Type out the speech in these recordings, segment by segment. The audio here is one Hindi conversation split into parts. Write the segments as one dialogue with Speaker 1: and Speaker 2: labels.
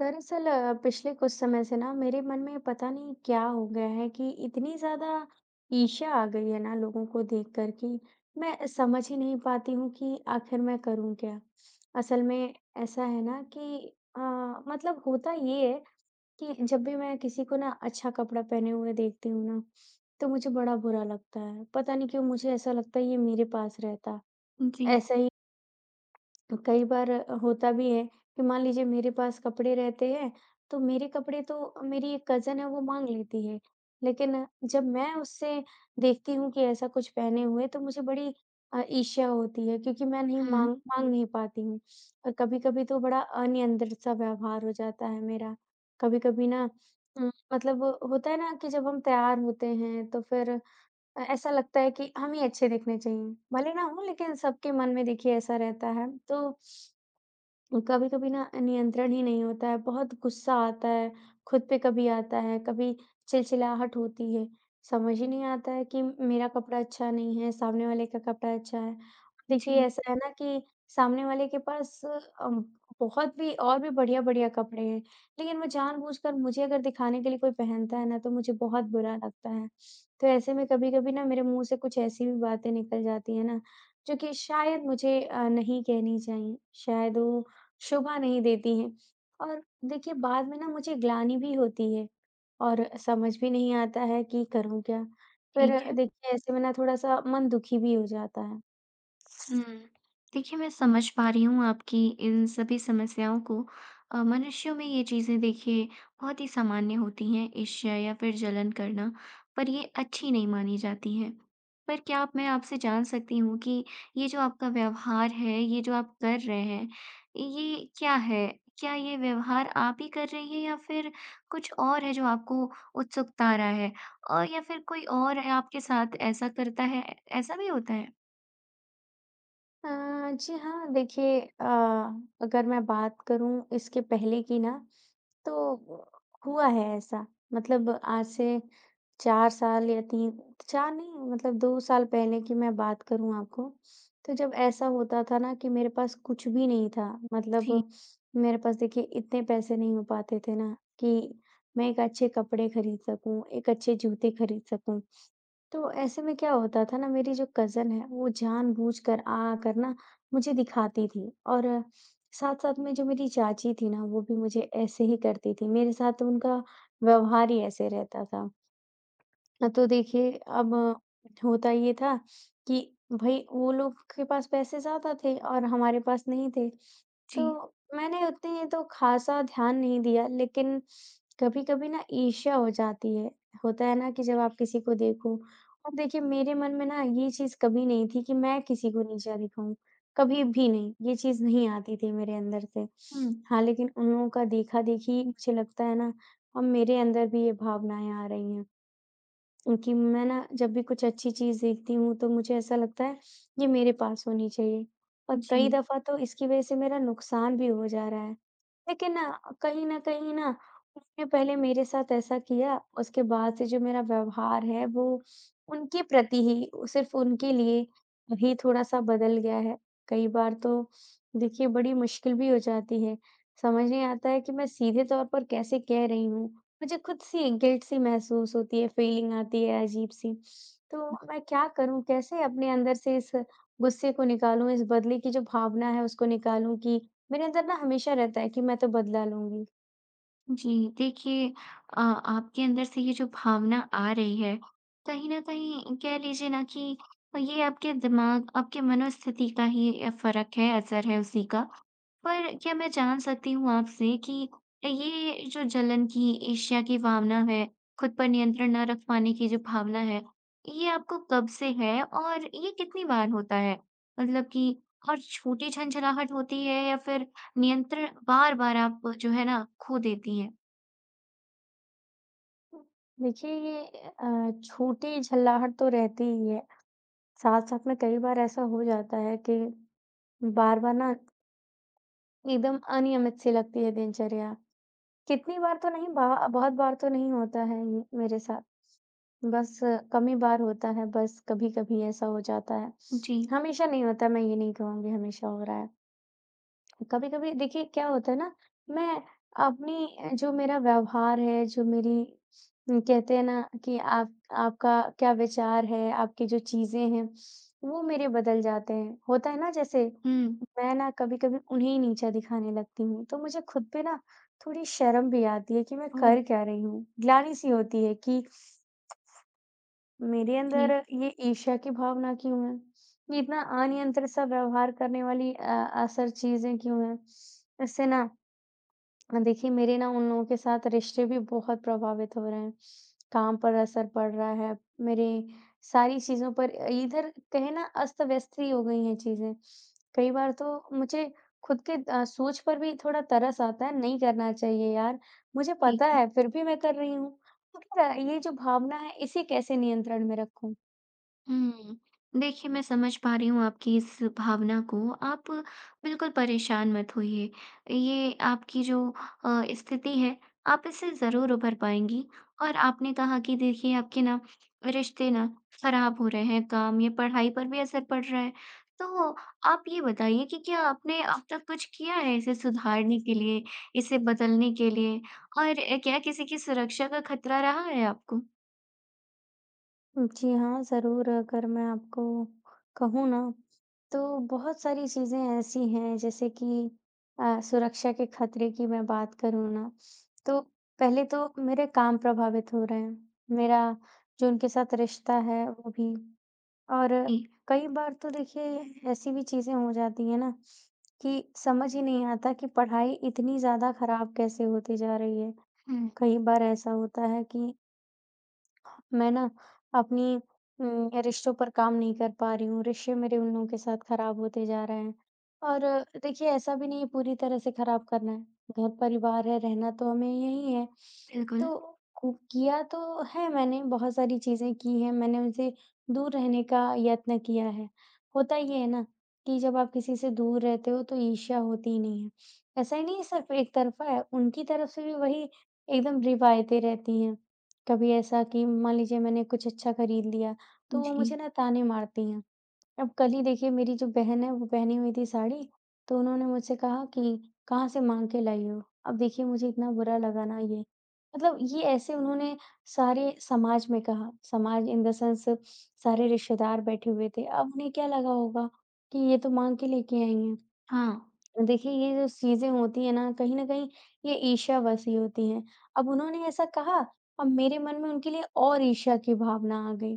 Speaker 1: दरअसल पिछले कुछ समय से ना मेरे मन में पता नहीं क्या हो गया है कि इतनी ज्यादा ईर्ष्या आ गई है ना लोगों को देख कर कि मैं समझ ही नहीं पाती हूँ कि आखिर मैं करूँ क्या। असल में ऐसा है ना कि अ, मतलब होता ये है कि जब भी मैं किसी को ना अच्छा कपड़ा पहने हुए देखती हूँ ना तो मुझे बड़ा बुरा लगता है। पता नहीं क्यों मुझे ऐसा लगता है ये मेरे पास रहता
Speaker 2: जी।
Speaker 1: ऐसा ही। तो कई बार होता भी है कि मान लीजिए मेरे पास कपड़े रहते हैं, तो मेरे कपड़े तो मेरी एक कज़न है वो माँग लेती है। लेकिन जब मैं उससे देखती हूँ कि ऐसा कुछ पहने हुए तो मुझे बड़ी ईर्ष्या होती है क्योंकि मैं नहीं
Speaker 2: हुँ।
Speaker 1: माँग माँग नहीं पाती हूँ। और कभी-कभी तो बड़ा अनियंत्रित सा व्यवहार हो जाता है मेरा। कभी-कभी ना मतलब होता है ना कि जब हम तैयार होते हैं तो फिर ऐसा लगता है कि हम ही अच्छे दिखने चाहिए। भले ना हो लेकिन सबके मन में देखिए ऐसा रहता है। तो कभी कभी ना नियंत्रण ही नहीं होता है। बहुत गुस्सा आता है खुद पे। कभी आता है कभी चिलचिलाहट होती है। समझ ही नहीं आता है कि मेरा कपड़ा अच्छा नहीं है सामने वाले का कपड़ा अच्छा है। देखिए
Speaker 2: जी,
Speaker 1: ऐसा है ना कि सामने वाले के पास बहुत भी और भी बढ़िया बढ़िया कपड़े हैं लेकिन वो जानबूझकर मुझे अगर दिखाने के लिए कोई पहनता है ना तो मुझे बहुत बुरा लगता है। तो ऐसे में कभी कभी ना मेरे मुंह से कुछ ऐसी भी बातें निकल जाती है ना जो कि शायद मुझे नहीं कहनी चाहिए, शायद वो शोभा नहीं देती हैं। और देखिए बाद में ना मुझे ग्लानि भी होती है और समझ भी नहीं आता है कि करूँ क्या?
Speaker 2: ठीक
Speaker 1: फिर
Speaker 2: है।
Speaker 1: देखिए ऐसे में ना थोड़ा-सा मन दुखी भी हो जाता है।
Speaker 2: हुँ। देखिए, मैं समझ पा रही हूँ आपकी इन सभी समस्याओं को। मनुष्यों में ये चीज़ें देखिए बहुत ही सामान्य होती हैं, ईर्ष्या या फिर जलन करना, पर ये अच्छी नहीं मानी जाती हैं। पर क्या आप मैं आपसे जान सकती हूँ कि ये जो आपका व्यवहार है, ये जो आप कर रहे हैं, ये क्या है? क्या ये व्यवहार आप ही कर रही हैं या फिर कुछ और है जो आपको उत्सुकता आ रहा है? और या फिर कोई और है आपके साथ ऐसा करता है? ऐ ऐसा भी होता है?
Speaker 1: जी हाँ, देखिए अगर मैं बात करूँ इसके पहले की ना, तो हुआ है ऐसा। मतलब आज से 4 साल या 3 4 नहीं मतलब 2 साल पहले की मैं बात करूँ आपको, तो जब ऐसा होता था ना कि मेरे पास कुछ भी नहीं था, मतलब
Speaker 2: जी,
Speaker 1: मेरे पास देखिए इतने पैसे नहीं हो पाते थे ना कि मैं एक अच्छे कपड़े खरीद सकूँ, एक अच्छे जूते खरीद सकूँ। तो ऐसे में क्या होता था ना मेरी जो कज़न है वो जानबूझकर आकर ना मुझे दिखाती थी। और साथ-साथ में जो मेरी चाची थी ना वो भी मुझे ऐसे ही करती थी। मेरे साथ तो उनका व्यवहार ही ऐसे रहता था। हाँ, तो देखिए अब होता ये था कि भई वो लोग के पास पैसे ज़्यादा थे और हमारे पास नहीं थे।
Speaker 2: जी।
Speaker 1: तो मैंने उतनी तो ख़ासा ध्यान नहीं दिया लेकिन कभी-कभी ना ईर्ष्या हो जाती है। होता है ना कि जब आप किसी को देखो। और देखिए मेरे मन में ना ये चीज़ कभी नहीं थी कि मैं किसी को नीचा दिखाऊँ, कभी भी नहीं। ये चीज़ नहीं आती थी मेरे अंदर से।
Speaker 2: हुँ।
Speaker 1: हाँ, लेकिन उन लोगों का देखा-देखी मुझे लगता है ना अब मेरे अंदर भी ये भावनाएँ आ रही हैं। कि मैं ना जब भी कुछ अच्छी चीज़ देखती हूँ, तो मुझे ऐसा लगता है ये मेरे पास होनी चाहिए। और कई
Speaker 2: जी,
Speaker 1: दफ़ा तो इसकी वज़ह से मेरा नुकसान भी हो जा रहा है। लेकिन ना कहीं न कहीं ना उसने पहले मेरे साथ ऐसा किया, उसके बाद से जो मेरा व्यवहार है वो उनके प्रति ही सिर्फ़, उनके लिए ही थोड़ा-सा बदल गया है। कई बार तो देखिए बड़ी मुश्किल भी हो जाती है, समझ नहीं आता है कि मैं सीधे तौर पर कैसे कह रही हूँ। मुझे खुद सी गिल्ट सी महसूस होती है, फीलिंग आती है अजीब-सी। तो मैं क्या करूँ? कैसे अपने अंदर से इस गुस्से को निकालूँ, इस बदले की जो भावना है उसको निकालूँ? कि मेरे अंदर ना हमेशा रहता है कि मैं तो बदला लूँगी।
Speaker 2: जी। देखिए आपके अंदर से ये जो भावना आ रही है, कहीं न कहीं कह लीजिए ना कि ये आपके दिमाग, आपके मनोस्थिति का ही फ़र्क है, असर है उसी का। पर क्या मैं जान सकती हूँ आपसे कि ये जो जलन की, ईर्ष्या की भावना है, खुद पर नियंत्रण ना रख पाने की जो भावना है, ये आपको कब से है और ये कितनी बार होता है? मतलब कि हर छोटी झंझनाहट होती है या फिर नियंत्रण बार-बार आप जो है ना खो देती हैं?
Speaker 1: देखिए ये छोटी झल्लाहट तो रहती ही है, साथ-साथ में कई बार ऐसा हो जाता है कि बार-बार ना एकदम अनियमित सी लगती है दिनचर्या। कितनी बार तो नहीं बा बहुत बार तो नहीं होता है ये मेरे साथ। बस कमी बार होता है, बस कभी-कभी ऐसा हो जाता है।
Speaker 2: जी।
Speaker 1: हमेशा नहीं होता, मैं ये नहीं कहूँगी हमेशा हो रहा है। कभी-कभी देखिए क्या होता है ना, मैं अपनी जो मेरा व्यवहार है, जो मेरी कहते हैं ना कि आप आपका क्या विचार है, आपकी जो चीज़ें हैं, वो मेरे बदल जाते हैं। होता है ना जैसे,
Speaker 2: हुँ।
Speaker 1: मैं ना कभी-कभी उन्हें ही नीचा दिखाने लगती हूँ, तो मुझे खुद पे ना थोड़ी शर्म भी आती है कि मैं
Speaker 2: ओह!
Speaker 1: कर क्या रही हूँ। ग्लानि-सी होती है कि मेरे अंदर
Speaker 2: ठीक,
Speaker 1: ये ईर्ष्या की भावना क्यों है? ये इतना अनियंत्रित सा व्यवहार करने वाली असर चीज़ें क्यों हैं? इससे ना देखिए मेरे ना उन लोगों के साथ रिश्ते भी बहुत प्रभावित हो रहे हैं। काम पर असर पड़ रहा है, मेरी सारी चीज़ों पर इधर कहें ना अस्त-व्यस्त ही हो गई हैं चीज़ें। कई बार तो मुझे खुद के सोच पर भी थोड़ा तरस आता है, नहीं करना चाहिए यार, मुझे
Speaker 2: ठीक
Speaker 1: पता
Speaker 2: है।
Speaker 1: है फिर भी मैं कर रही हूँ। तो फिर ये जो भावना है इसे कैसे नियंत्रण में रखूँ?
Speaker 2: हुँ। देखिए, मैं समझ पा रही हूँ आपकी इस भावना को। आप बिल्कुल परेशान मत होइए। ये आपकी जो स्थिति है, आप इससे ज़रूर उभर पाएँगी। और आपने कहा कि देखिए, आपके ना रिश्ते ना खराब हो रहे हैं, काम या पढ़ाई पर भी असर पड़ रहा है। तो आप ये बताइए कि क्या आपने अब तक कुछ किया है इसे सुधारने के लिए, इसे बदलने के लिए? और क्या किसी की सुरक्षा का खतरा रहा है आपको?
Speaker 1: जी हाँ, ज़रूर। अगर मैं आपको कहूँ ना, तो बहुत सारी चीज़ें ऐसी हैं जैसे कि सुरक्षा के खतरे की मैं बात करूँ ना, तो पहले तो मेरे काम प्रभावित हो रहे हैं। मेरा जो उनके साथ रिश्ता है वो भी। और
Speaker 2: जी।
Speaker 1: कई बार तो देखिए ऐसी भी चीज़ें हो जाती हैं ना कि समझ ही नहीं आता कि पढ़ाई इतनी ज़्यादा खराब कैसे होती जा रही है।
Speaker 2: हुँ,
Speaker 1: कई बार ऐसा होता है कि मैं ना अपनी रिश्तों पर काम नहीं कर पा रही हूँ, रिश्ते मेरे उन लोगों के साथ खराब होते जा रहे हैं। और देखिए ऐसा भी नहीं है पूरी तरह से खराब करना है, घर परिवार है, रहना तो हमें यहीं है।
Speaker 2: बिल्कुल।
Speaker 1: तो कु किया तो है मैंने, बहुत सारी चीज़ें की हैं, मैंने उनसे दूर रहने का यत्न किया है। होता ये है ना कि जब आप किसी से दूर रहते हो तो ईर्ष्या होती ही नहीं है। ऐसा ही नहीं है सिर्फ़ एक तरफ़ा है, उनकी तरफ से भी वही एकदम रिवायतें रहती हैं। कभी ऐसा कि मान लीजिए मैंने कुछ अच्छा खरीद लिया, तो वो
Speaker 2: जी।
Speaker 1: मुझे ना ताने मारती हैं। अब कल ही देखिए मेरी जो बहन है वो पहनी हुई थी साड़ी, तो उन्होंने मुझसे कहा कि कहाँ से माँग के लाई हो? अब देखिए मुझे इतना बुरा लगा ना ये। मतलब ये ऐसे उन्होंने सारे समाज में कहा, समाज इन द सेंस सारे रिश्तेदार बैठे हुए थे। अब उन्हें क्या लगा होगा कि ये तो माँग के लेके आई हैं।
Speaker 2: हाँ।
Speaker 1: देखिए, ये जो चीज़ें होती हैं ना, कहीं न कहीं ये ईर्ष्या बसी होती हैं। अब उन्होंने ऐसा कहा, अब मेरे मन में उनके लिए और ईर्ष्या की भावना आ गई।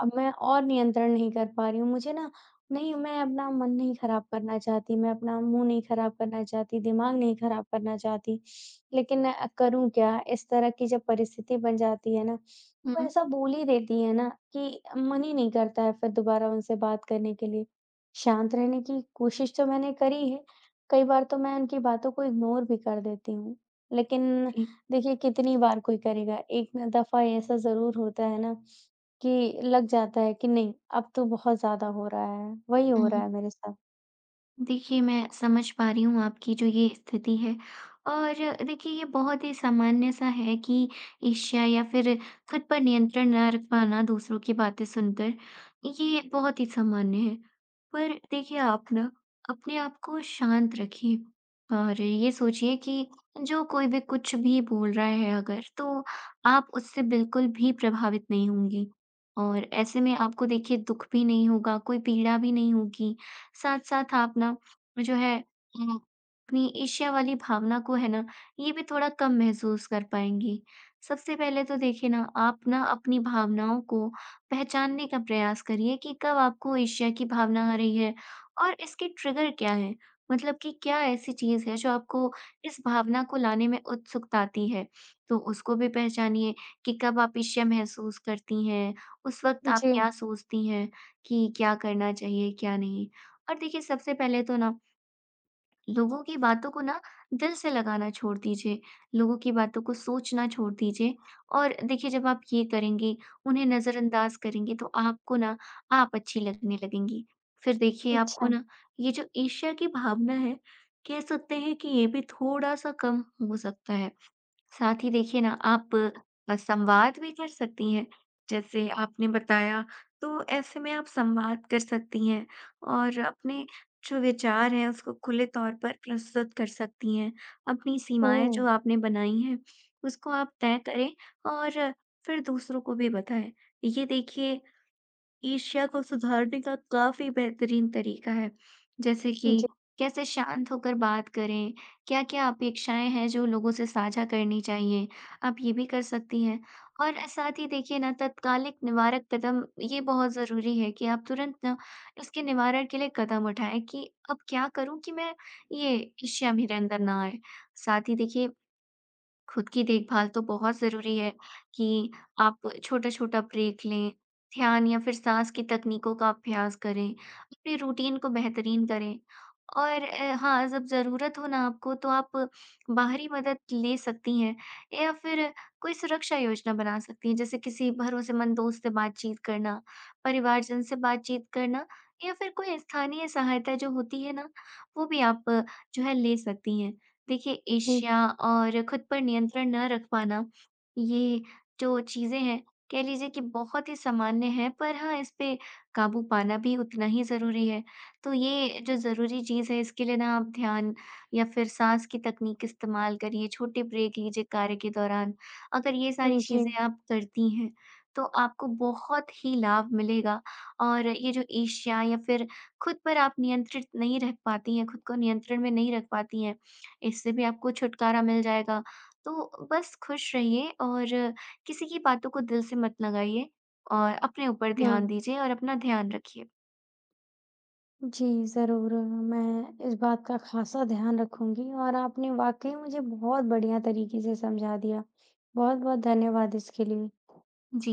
Speaker 1: अब मैं और नियंत्रण नहीं कर पा रही हूँ। मुझे ना नहीं, मैं अपना मन नहीं खराब करना चाहती, मैं अपना मुँह नहीं खराब करना चाहती, दिमाग नहीं खराब करना चाहती। लेकिन करूँ क्या? इस तरह की जब परिस्थिति बन जाती है ना, वो
Speaker 2: हुँ,
Speaker 1: ऐसा बोल ही देती है ना कि मन ही नहीं करता है फिर दोबारा उनसे बात करने के लिए। शांत रहने की कोशिश तो मैंने करी है, कई बार तो मैं उनकी बातों को इग्नोर भी कर देती हूँ। लेकिन
Speaker 2: जी।
Speaker 1: देखिए कितनी बार कोई करेगा? एक ना दफ़ा ऐसा ज़रूर होता है ना कि लग जाता है कि नहीं, अब तो बहुत ज़्यादा हो रहा है। वही हो
Speaker 2: हुँ,
Speaker 1: रहा
Speaker 2: हुँ।
Speaker 1: है मेरे साथ।
Speaker 2: देखिए, मैं समझ पा रही हूँ आपकी जो ये स्थिति है और देखिए ये बहुत ही सामान्य सा है कि ईर्ष्या या फिर खुद पर नियंत्रण ना रख पाना दूसरों की बातें सुनकर, ये बहुत ही सामान्य है। पर देखिए आप ना अपने आप को शांत रखिए और ये सोचिए कि जो कोई भी कुछ भी बोल रहा है अगर, तो आप उससे बिल्कुल भी प्रभावित नहीं होंगी और ऐसे में आपको देखिए दुःख भी नहीं होगा, कोई पीड़ा भी नहीं होगी साथ-साथ आप ना जो है अपनी ईर्ष्या वाली भावना को है ना, ये भी थोड़ा कम महसूस कर पाएँगी। सबसे पहले तो देखिए ना, आप ना अपनी भावनाओं को पहचानने का प्रयास करिए कि कब आपको ईर्ष्या की भावना आ रही है और इसके ट्रिगर क्या हैं। मतलब कि क्या ऐसी चीज़ है जो आपको इस भावना को लाने में उत्सुकताती है। तो उसको भी पहचानिए कि कब आप ईर्ष्या महसूस करती हैं, उस वक़्त आप
Speaker 1: जी,
Speaker 2: क्या सोचती हैं कि क्या करना चाहिए, क्या नहीं। और देखिए, सबसे पहले तो ना लोगों की बातों को ना दिल से लगाना छोड़ दीजिए, लोगों की बातों को सोचना छोड़ दीजिए और देखिए जब आप ये करेंगे, उन्हें नज़रअंदाज़ करेंगे तो आपको ना आप अच्छी लगने लगेंगी। फिर देखिए आपको
Speaker 1: अच्छा।
Speaker 2: ना ये जो ईर्ष्या की भावना है, कह सकते हैं कि ये भी थोड़ा-सा कम हो सकता है। साथ ही देखिए ना आप संवाद भी कर सकती हैं जैसे आपने बताया तो ऐसे में आप संवाद कर सकती हैं और अपने जो विचार हैं उसको खुले तौर पर प्रस्तुत कर सकती हैं अपनी सीमाएं
Speaker 1: ओह!
Speaker 2: जो आपने बनाई हैं उसको आप तय करें और फिर दूसरों को भी बताएं ये देखिए ईर्ष्या को सुधारने का काफ़ी बेहतरीन तरीका है। जैसे कि
Speaker 1: जी,
Speaker 2: कैसे शांत होकर बात करें, क्या-क्या अपेक्षाएँ हैं जो लोगों से साझा करनी चाहिए, आप ये भी कर सकती हैं। और साथ ही देखिए ना तत्कालिक निवारक कदम ये बहुत ज़रूरी है कि आप तुरंत ना इसके निवारण के लिए कदम उठाएँ कि अब क्या करूँ कि मैं ये ईर्ष्या मेरे अंदर ना आए। साथ ही देखिए खुद की देखभाल तो बहुत ज़रूरी है कि आप छोटा-छोटा ब्रेक लें, ध्यान या फिर साँस की तकनीकों का अभ्यास करें, अपने रूटीन को बेहतरीन करें। और हाँ, जब ज़रूरत हो ना आपको तो आप बाहरी मदद ले सकती हैं या फिर कोई सुरक्षा योजना बना सकती हैं, जैसे किसी भरोसेमंद दोस्त से बातचीत करना, परिवारजन से बातचीत करना या फिर कोई स्थानीय सहायता जो होती है ना, वो भी आप जो है ले सकती हैं। देखिए,
Speaker 1: हुँ,
Speaker 2: ईर्ष्या और खुद पर नियंत्रण न रख पाना, ये जो चीज़ें हैं, कह लीजिए कि बहुत ही सामान्य है, पर हाँ, इस पे काबू पाना भी उतना ही ज़रूरी है। तो ये जो ज़रूरी चीज़ है, इसके लिए ना आप ध्यान या फिर साँस की तकनीक इस्तेमाल करिए, छोटे ब्रेक लीजिए कार्य के दौरान। अगर ये सारी
Speaker 1: हुँ, जी,
Speaker 2: चीज़ें आप करती हैं, तो आपको बहुत ही लाभ मिलेगा और ये जो ईर्ष्या या फिर खुद पर आप नियंत्रित नहीं रह पाती हैं, खुद को नियंत्रण में नहीं रख पाती हैं, इससे भी आपको छुटकारा मिल जाएगा। तो बस खुश रहिए और किसी की बातों को दिल से मत लगाइए और अपने ऊपर
Speaker 1: हाँ।
Speaker 2: ध्यान दीजिए और अपना ध्यान रखिए।
Speaker 1: जी, ज़रूर, मैं इस बात का ख़ासा ध्यान रखूँगी और आपने वाक़ई मुझे बहुत बढ़िया तरीके से समझा दिया। बहुत-बहुत धन्यवाद इसके लिए।
Speaker 2: जी,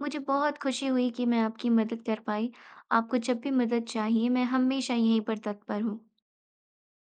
Speaker 2: मुझे बहुत खुशी हुई कि मैं आपकी मदद कर पाई। आपको जब भी मदद चाहिए, मैं हमेशा यहीं पर तत्पर हूँ।